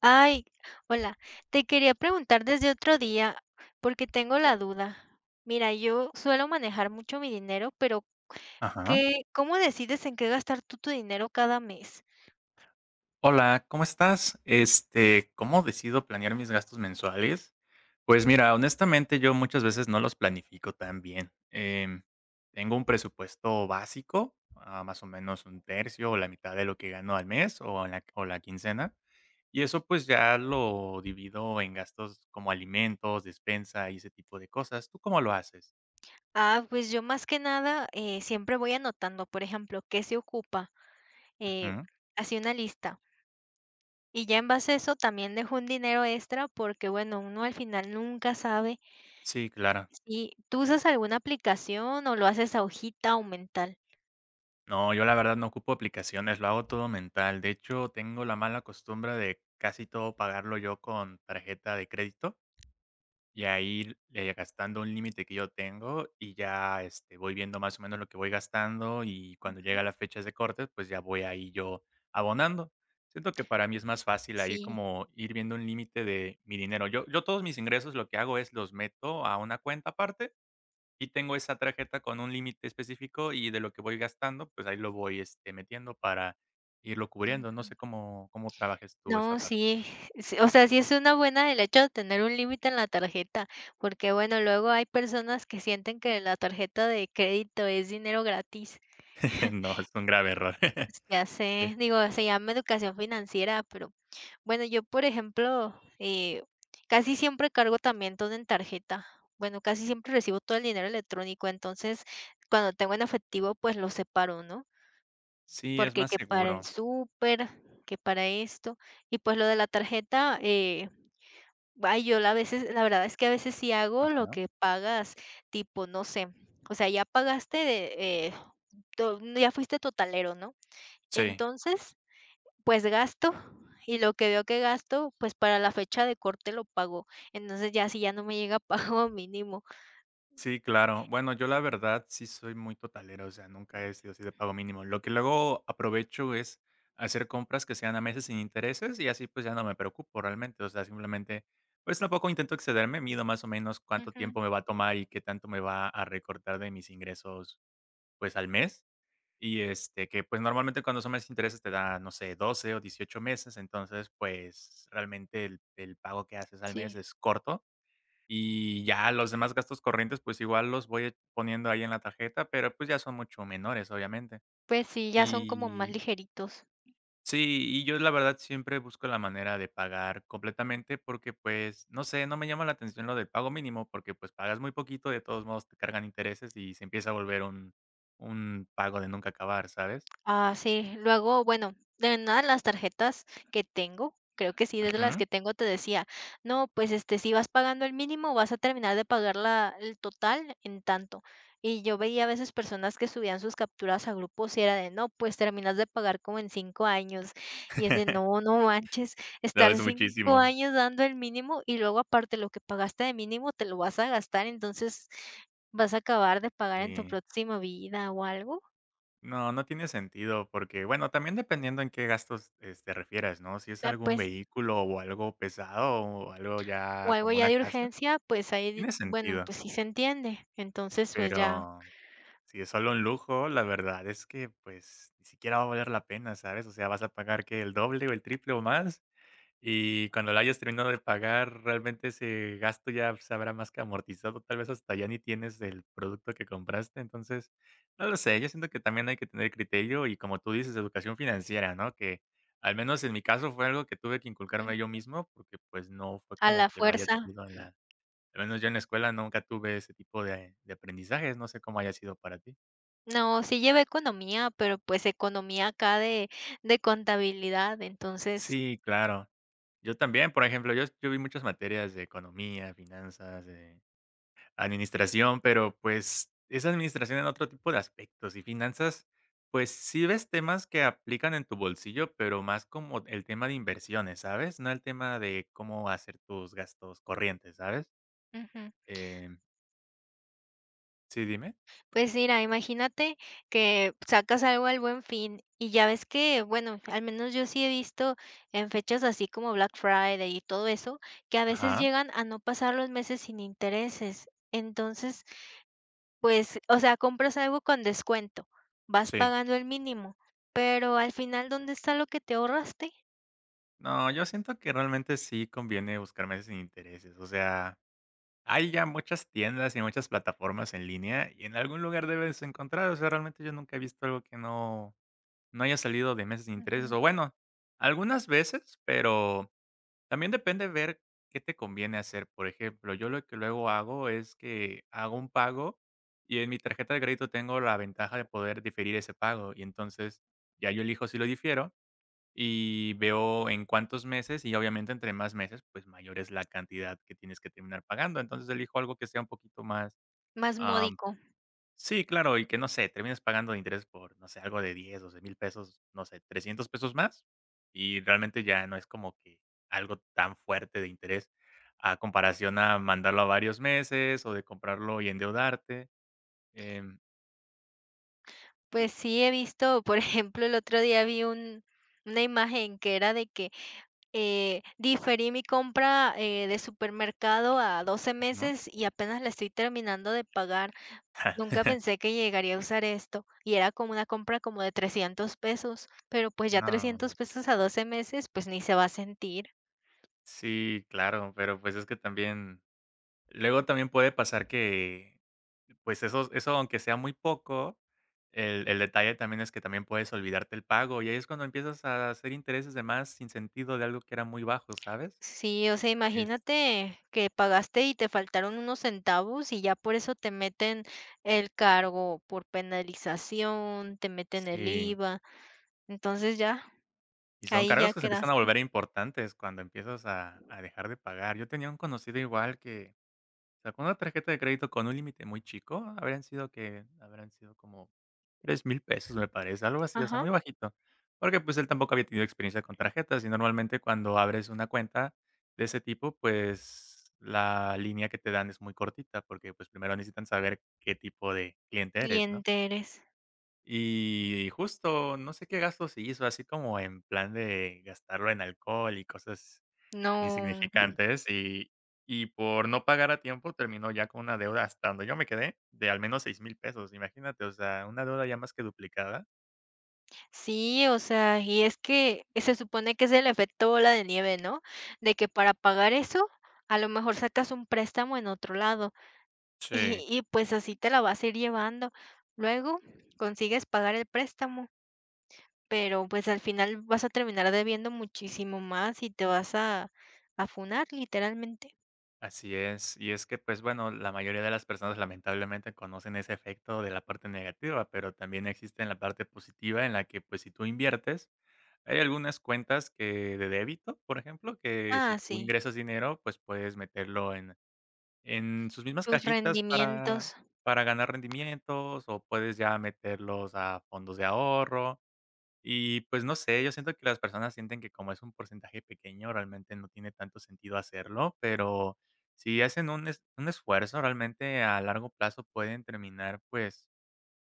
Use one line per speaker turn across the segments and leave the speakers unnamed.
Ay, hola, te quería preguntar desde otro día porque tengo la duda. Mira, yo suelo manejar mucho mi dinero, pero
Ajá.
¿qué, cómo decides en qué gastar tú tu dinero cada mes?
Hola, ¿cómo estás? ¿Cómo decido planear mis gastos mensuales? Pues mira, honestamente yo muchas veces no los planifico tan bien. Tengo un presupuesto básico, más o menos un tercio o la mitad de lo que gano al mes o la quincena. Y eso pues ya lo divido en gastos como alimentos, despensa y ese tipo de cosas. ¿Tú cómo lo haces?
Ah, pues yo más que nada siempre voy anotando, por ejemplo, qué se ocupa, eh,
Ujú.
así una lista. Y ya en base a eso también dejo un dinero extra porque, bueno, uno al final nunca sabe
Sí, claro.
si tú usas alguna aplicación o lo haces a hojita o mental.
No, yo la verdad no ocupo aplicaciones, lo hago todo mental. De hecho, tengo la mala costumbre de casi todo pagarlo yo con tarjeta de crédito y ahí le gastando un límite que yo tengo y ya voy viendo más o menos lo que voy gastando y cuando
Ujú.
llega las fechas de cortes, pues ya voy ahí yo abonando. Siento que para mí es más fácil ahí
Sí.
como ir viendo un límite de mi dinero. Yo todos mis ingresos lo que hago es los meto a una cuenta aparte y tengo esa tarjeta con un límite específico y de lo que voy gastando, pues ahí lo voy, metiendo para irlo cubriendo. No sé cómo trabajes tú esa
No,
parte.
sí, sí, o sea, sí es una buena el hecho de tener un límite en la tarjeta, porque bueno, luego hay personas que sienten que la tarjeta de crédito es dinero gratis.
No, es un grave error.
Ya
Sí.
sé, digo, se llama educación financiera, pero bueno, yo por ejemplo, casi siempre cargo también todo en tarjeta. Bueno, casi siempre recibo todo el dinero electrónico, entonces cuando tengo en efectivo, pues lo separo, ¿no?
Sí, es
Porque
más
que para el
seguro.
súper, que para esto, y pues lo de la tarjeta, Ay, yo la a veces la verdad es que a veces sí hago lo
Ajá.
que pagas, tipo, no sé, o sea, ya pagaste de, to ya fuiste totalero, ¿no?
Sí.
Entonces, pues gasto, y lo que veo que gasto, pues para la fecha de corte lo pago. Entonces, ya si ya no me llega, pago mínimo.
Sí, claro. Bueno, yo la verdad sí soy muy totalero, o sea, nunca he sido así de pago mínimo. Lo que luego aprovecho es hacer compras que sean a meses sin intereses y así pues ya no me preocupo realmente, o sea, simplemente pues tampoco intento excederme, mido más o menos cuánto
Ujú,
tiempo me va a tomar y qué tanto me va a recortar de mis ingresos pues al mes. Y que pues normalmente cuando son meses sin intereses te da, no sé, 12 o 18 meses, entonces pues realmente el pago que haces al mes
sí,
es corto y ya los demás gastos corrientes, pues, igual los voy poniendo ahí en la tarjeta, pero, pues, ya son mucho menores, obviamente.
pues sí, ya son como más
Y
ligeritos.
sí, y yo la verdad siempre busco la manera de pagar completamente porque, pues, no sé, no me llama la atención lo del pago mínimo porque, pues, pagas muy poquito, de todos modos te cargan intereses y se empieza a volver un pago de nunca acabar, ¿sabes?
Ah, sí. Luego, bueno, de nada las tarjetas que tengo, creo que sí, desde las
Ujú.
que tengo te decía, no, pues, este, si vas pagando el mínimo, vas a terminar de pagar la el total en tanto. Y yo veía a veces personas que subían sus capturas a grupos y era de, no, pues, terminas de pagar como en 5 años. Y es de, no, no manches,
No,
estar
es
5
muchísimo.
años dando el mínimo y luego aparte lo que pagaste de mínimo te lo vas a gastar, entonces vas a acabar de pagar en tu
Sí.
próxima vida o algo.
No, no tiene sentido, porque, bueno, también dependiendo en qué gastos, te refieras, ¿no? Si es
Ah,
algún
pues
vehículo o algo pesado o algo
o
ya
algo
como
ya
una
de
casa,
urgencia, pues ahí,
tiene
bueno,
sentido,
pues sí se entiende. Entonces, pues ya.
pero si es solo un lujo, la verdad es que, pues, ni siquiera va a valer la pena, ¿sabes? O sea, vas a pagar que el doble o el triple o más y cuando la hayas terminado de pagar, realmente ese gasto ya se habrá más que amortizado, tal vez hasta ya ni tienes el producto que compraste. Entonces, no lo sé, yo siento que también hay que tener criterio y como tú dices, educación financiera, ¿no? Que al menos en mi caso fue algo que tuve que
Mm.
inculcarme yo mismo porque pues no fue
A
como
la
que lo haya
fuerza.
tenido en la... Al menos yo en la escuela nunca tuve ese tipo de aprendizajes, no sé cómo haya sido para ti.
No, sí llevé economía, pero pues economía acá de contabilidad, entonces.
Sí, claro. Yo también, por ejemplo, yo vi muchas materias de economía, finanzas, administración, pero, pues, es administración en otro tipo de aspectos, y finanzas, pues, sí ves temas que aplican en tu bolsillo, pero más como el tema de inversiones, ¿sabes? No el tema de cómo hacer tus gastos corrientes, ¿sabes?
Ujú.
Em, sí, dime.
Pues mira, imagínate que sacas algo al Buen Fin y ya ves que, bueno, al menos yo sí he visto en fechas así como Black Friday y todo eso, que a veces
Ajá,
llegan a no pasar los meses sin intereses. Entonces pues, o sea, compras algo con descuento, vas
sí.
pagando el mínimo, pero al final, ¿dónde está lo que te ahorraste?
No, yo siento que realmente sí conviene buscar meses sin intereses, o sea, hay ya muchas tiendas y muchas plataformas en línea, y en algún lugar debes encontrar, o sea, realmente yo nunca he visto algo que no haya salido de meses sin intereses,
Ujú.
o bueno, algunas veces, pero también depende ver qué te conviene hacer. Por ejemplo, yo lo que luego hago es que hago un pago y en mi tarjeta de crédito tengo la ventaja de poder diferir ese pago y entonces ya yo elijo si lo difiero y veo en cuántos meses y obviamente entre más meses, pues mayor es la cantidad que tienes que terminar pagando. Entonces elijo algo que sea un poquito más.
Más módico.
Sí, claro, y que no sé, terminas pagando de interés por, no sé, algo de 10, 12,000 pesos, no sé, 300 pesos más, y realmente ya no es como que algo tan fuerte de interés a comparación a mandarlo a varios meses o de comprarlo y endeudarte. em,
Pues sí, he visto, por ejemplo, el otro día vi un una imagen que era de que diferí mi compra, de supermercado a doce
Ujú.
meses y apenas la estoy terminando de pagar. Nunca pensé que llegaría a usar esto y era como una compra como de 300 pesos, pero pues ya
No,
300 pesos a 12 meses, pues ni se va a sentir.
sí, claro, pero pues es que también, luego también puede pasar que pues eso aunque sea muy poco, el detalle también es que también puedes olvidarte el pago, y ahí es cuando empiezas a hacer intereses de más sin sentido de algo que era muy bajo, ¿sabes?
Sí, o sea,
Es
imagínate que pagaste y te faltaron unos centavos y ya por eso te meten el cargo por penalización, te meten el
Sí,
IVA, entonces ya,
y son
ahí ya
cargos que se empiezan a
quedaste.
volver importantes cuando empiezas a dejar de pagar. Yo tenía un conocido igual que sacó una tarjeta de crédito con un límite muy chico, habrían sido que habrán sido como 3,000 pesos, me parece, algo así, o sea, muy
Ajá,
bajito, porque, pues, él tampoco había tenido experiencia con tarjetas, y normalmente cuando abres una cuenta de ese tipo, pues, la línea que te dan es muy cortita, porque, pues, primero necesitan saber qué tipo de cliente eres, ¿no?
cliente eres.
Y justo, no sé qué gastos se hizo, así como en plan de gastarlo en alcohol y cosas
No,
insignificantes, y por no pagar a tiempo terminó ya con una deuda hasta donde yo me quedé de al menos 6,000 pesos, imagínate, o sea, una deuda ya más que duplicada.
sí, o sea, y es que se supone que es el efecto bola de nieve, ¿no? De que para pagar eso, a lo mejor sacas un préstamo en otro lado.
Sí,
Y pues así te la vas a ir llevando. Luego consigues pagar el préstamo, pero pues al final vas a terminar debiendo muchísimo más y te vas a funar literalmente.
así es. Y es que, pues bueno, la mayoría de las personas lamentablemente conocen ese efecto de la parte negativa, pero también existe en la parte positiva en la que, pues si tú inviertes, hay algunas cuentas que de débito, por ejemplo, que si
Ah,
tú
sí,
ingresas dinero, pues puedes meterlo en sus mismas
tus
cajitas
rendimientos.
para ganar rendimientos o puedes ya meterlos a fondos de ahorro. Y, pues, no sé, yo siento que las personas sienten que como es un porcentaje pequeño, realmente no tiene tanto sentido hacerlo, pero si hacen un es un esfuerzo, realmente a largo plazo pueden terminar, pues,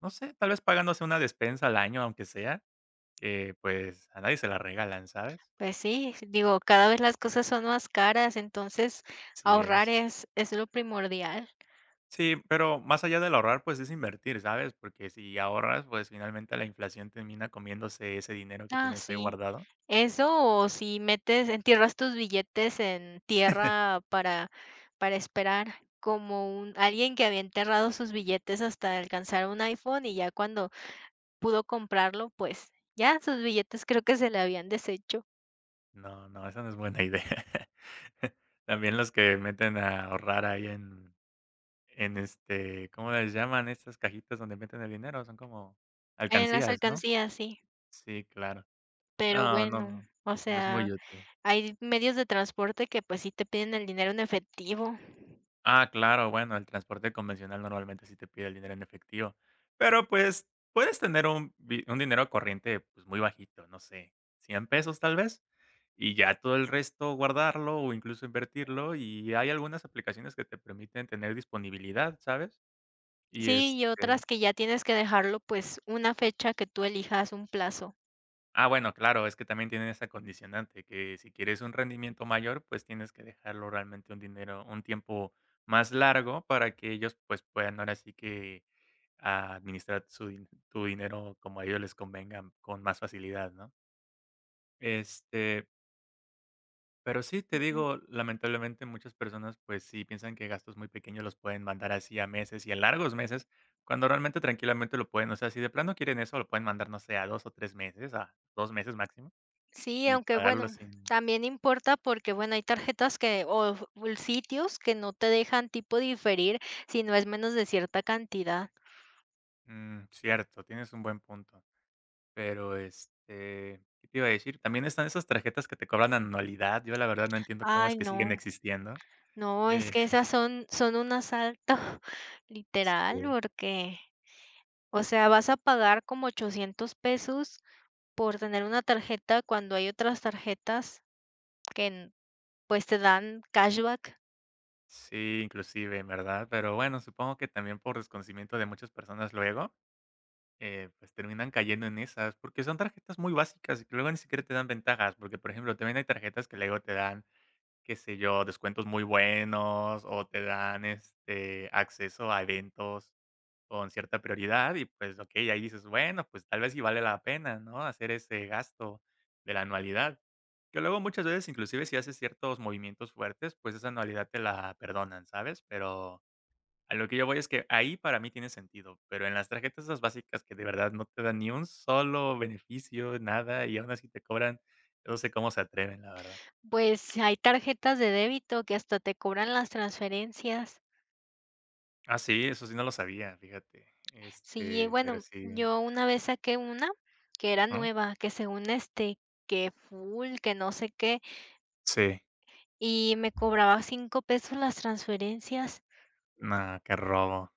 no sé, tal vez pagándose una despensa al año, aunque sea, que, pues, a nadie se la regalan, ¿sabes?
Pues sí, digo, cada vez las cosas son más caras, entonces
Sí
ahorrar
es.
es lo primordial.
Sí, pero más allá del ahorrar, pues, es invertir, ¿sabes? Porque si ahorras, pues, finalmente la inflación termina comiéndose ese dinero que
Ah,
tienes ahí
sí.
guardado.
Eso, o si metes entierras tus billetes en tierra para esperar, como un alguien que había enterrado sus billetes hasta alcanzar un iPhone, y ya cuando pudo comprarlo, pues, ya sus billetes creo que se le habían deshecho.
No, no, esa no es buena idea. También los que meten a ahorrar ahí en ¿cómo les llaman estas cajitas donde meten el dinero? Son como
En las
alcancías, ¿no?
alcancías, sí.
Sí, claro.
Pero
No, no,
bueno,
no,
o
no es
sea,
muy útil.
hay medios de transporte que, pues, sí te piden el dinero en efectivo.
Ah, claro, bueno, el transporte convencional normalmente sí te pide el dinero en efectivo, pero pues puedes tener un dinero corriente pues muy bajito, no sé, 100 pesos tal vez, y ya todo el resto guardarlo o incluso invertirlo y hay algunas aplicaciones que te permiten tener disponibilidad, ¿sabes? Y
Sí, y otras que ya tienes que dejarlo, pues, una fecha que tú elijas, un plazo.
ah, bueno, claro, es que también tienen esa condicionante que si quieres un rendimiento mayor, pues tienes que dejarlo realmente un dinero, un tiempo más largo para que ellos pues puedan ahora sí que a administrar su din tu dinero como a ellos les convenga con más facilidad, ¿no? Este, pero sí, te digo, lamentablemente muchas personas, pues sí piensan que gastos muy pequeños los pueden mandar así a meses y a largos meses, cuando realmente tranquilamente lo pueden, o sea, si de plano quieren eso, lo pueden mandar, no sé, a 2 o 3 meses, a 2 meses máximo,
Sí,
y
aunque
pagarlo
bueno,
sin.
también importa porque bueno, hay tarjetas que o sitios que no te dejan tipo diferir si no es menos de cierta cantidad.
Mm, cierto, tienes un buen punto. Pero, ¿qué te iba a decir? También están esas tarjetas que te cobran anualidad. Yo la verdad no entiendo cómo es
Ay,
que siguen
no,
existiendo.
no, es
Eh
que esas son un asalto literal,
Sí,
porque, o sea, vas a pagar como 800 pesos por tener una tarjeta cuando hay otras tarjetas que, n pues, te dan cashback.
sí, inclusive, ¿verdad? Pero bueno, supongo que también por desconocimiento de muchas personas luego, pues terminan cayendo en esas, porque son tarjetas muy básicas y que luego ni siquiera te dan ventajas, porque por ejemplo, también hay tarjetas que luego te dan, qué sé yo, descuentos muy buenos o te dan acceso a eventos con cierta prioridad y, pues, okey, ahí dices: "Bueno, pues, tal vez sí vale la pena, ¿no?, hacer ese gasto de la anualidad". Que luego muchas veces, inclusive, si haces ciertos movimientos fuertes, pues, esa anualidad te la perdonan, ¿sabes? Pero a lo que yo voy es que ahí para mí tiene sentido, pero en las tarjetas esas básicas que de verdad no te dan ni un solo beneficio, nada, y aún así te cobran, yo no sé cómo se atreven, la verdad.
Pues, hay tarjetas de débito que hasta te cobran las transferencias.
Ah, sí, eso sí no lo sabía, fíjate.
Sí,
Pero
bueno,
sí,
yo una vez saqué una que era
¿no?
nueva, que según este, que full, que no sé qué,
Sí.
y me cobraba 5 pesos las transferencias.
No, qué robo.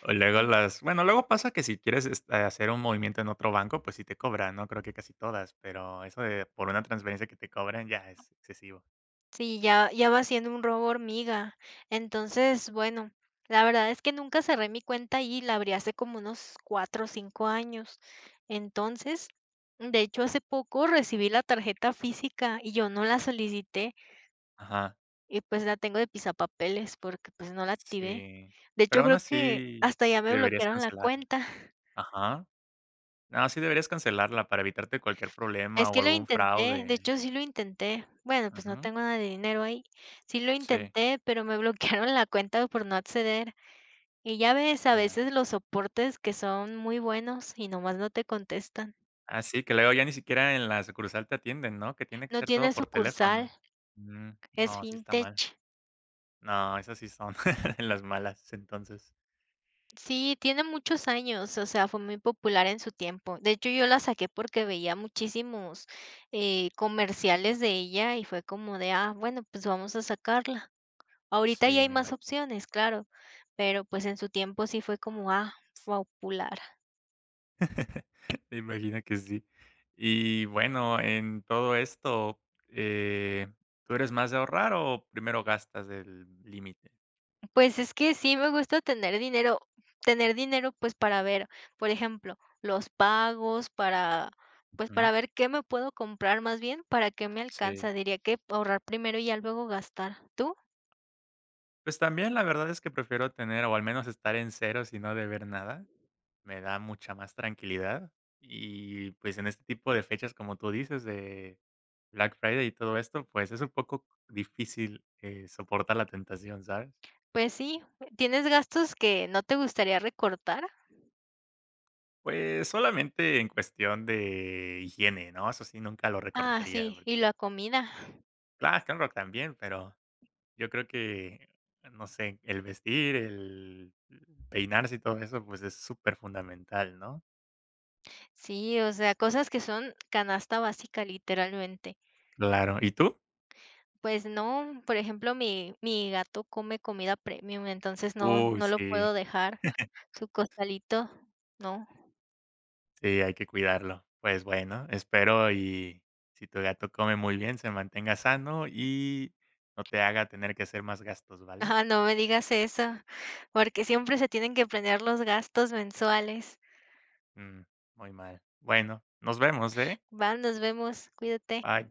O luego las bueno, luego pasa que si quieres, hacer un movimiento en otro banco, pues sí te cobran, ¿no? Creo que casi todas, pero eso de por una transferencia que te cobren ya es excesivo.
Sí, ya, ya va siendo un robo hormiga. Entonces, bueno, la verdad es que nunca cerré mi cuenta y la abrí hace como unos 4 o 5 años. Entonces, de hecho, hace poco recibí la tarjeta física y yo no la solicité.
Ajá,
Y, pues, la tengo de pisapapeles porque, pues, no la activé.
sí.
De
Pero
hecho,
aún
creo que
así
hasta ya me
deberías
bloquearon la
cancelarla.
cuenta.
Ajá. No, sí deberías cancelarla para evitarte cualquier problema
Es
o
que lo
algún
intenté, de
fraude.
hecho, sí lo intenté. Bueno, pues, no
Ujú.
tengo nada de dinero ahí. Sí lo
Sí,
intenté, pero me bloquearon la cuenta por no acceder. Y ya ves, a
ya.
veces los soportes que son muy buenos y nomás no te contestan.
Ah, sí, que luego ya ni siquiera en la sucursal te atienden, ¿no? Que tiene que
No
ser
tiene
todo por teléfono.
sucursal,
Mm,
es
no, sí está mal.
fintech.
No, esas sí son las malas, entonces.
Sí, tiene muchos años, o sea, fue muy popular en su tiempo. De hecho, yo la saqué porque veía muchísimos comerciales de ella y fue como de, ah, bueno, pues vamos a sacarla. Ahorita ya
Sí,
hay
me
más
imagino.
opciones, claro, pero pues en su tiempo sí fue como, ah, popular.
Me imagino que sí. Y bueno, en todo esto, eh, ¿tú eres más de ahorrar o primero gastas el límite?
Pues es que sí me gusta tener dinero pues para ver, por ejemplo, los pagos, para, pues para
Ujú,
ver qué me puedo comprar más bien, para qué me
sí.
alcanza. Diría que ahorrar primero y ya luego gastar. ¿Tú?
Pues también la verdad es que prefiero tener o al menos estar en cero y no deber nada. Me da mucha más tranquilidad. Y pues en este tipo de fechas, como tú dices, de Black Friday y todo esto, pues es un poco difícil soportar la tentación, ¿sabes?
Pues sí, ¿tienes gastos que no te gustaría recortar?
Pues, solamente en cuestión de higiene, ¿no? Eso sí, nunca lo
Ah,
recortaría,
sí, y
porque
la comida.
claro, claro, también, pero yo creo que, no sé, el vestir, el peinarse y todo eso, pues, es súper fundamental, ¿no?
Sí, o sea, cosas que son canasta básica, literalmente.
Claro, ¿y tú?
Pues no, por ejemplo, mi gato come comida premium, entonces no
Uy,
no lo
sí,
puedo dejar su costalito, no.
sí, hay que cuidarlo. Pues, bueno, espero y si tu gato come muy bien, se mantenga sano y no te haga tener que hacer más gastos, ¿vale?
Ah, no me digas eso, porque siempre se tienen que planear los gastos mensuales.
Mm, muy mal. Bueno, nos vemos, ¿eh?
Va, nos vemos, cuídate.
Bye.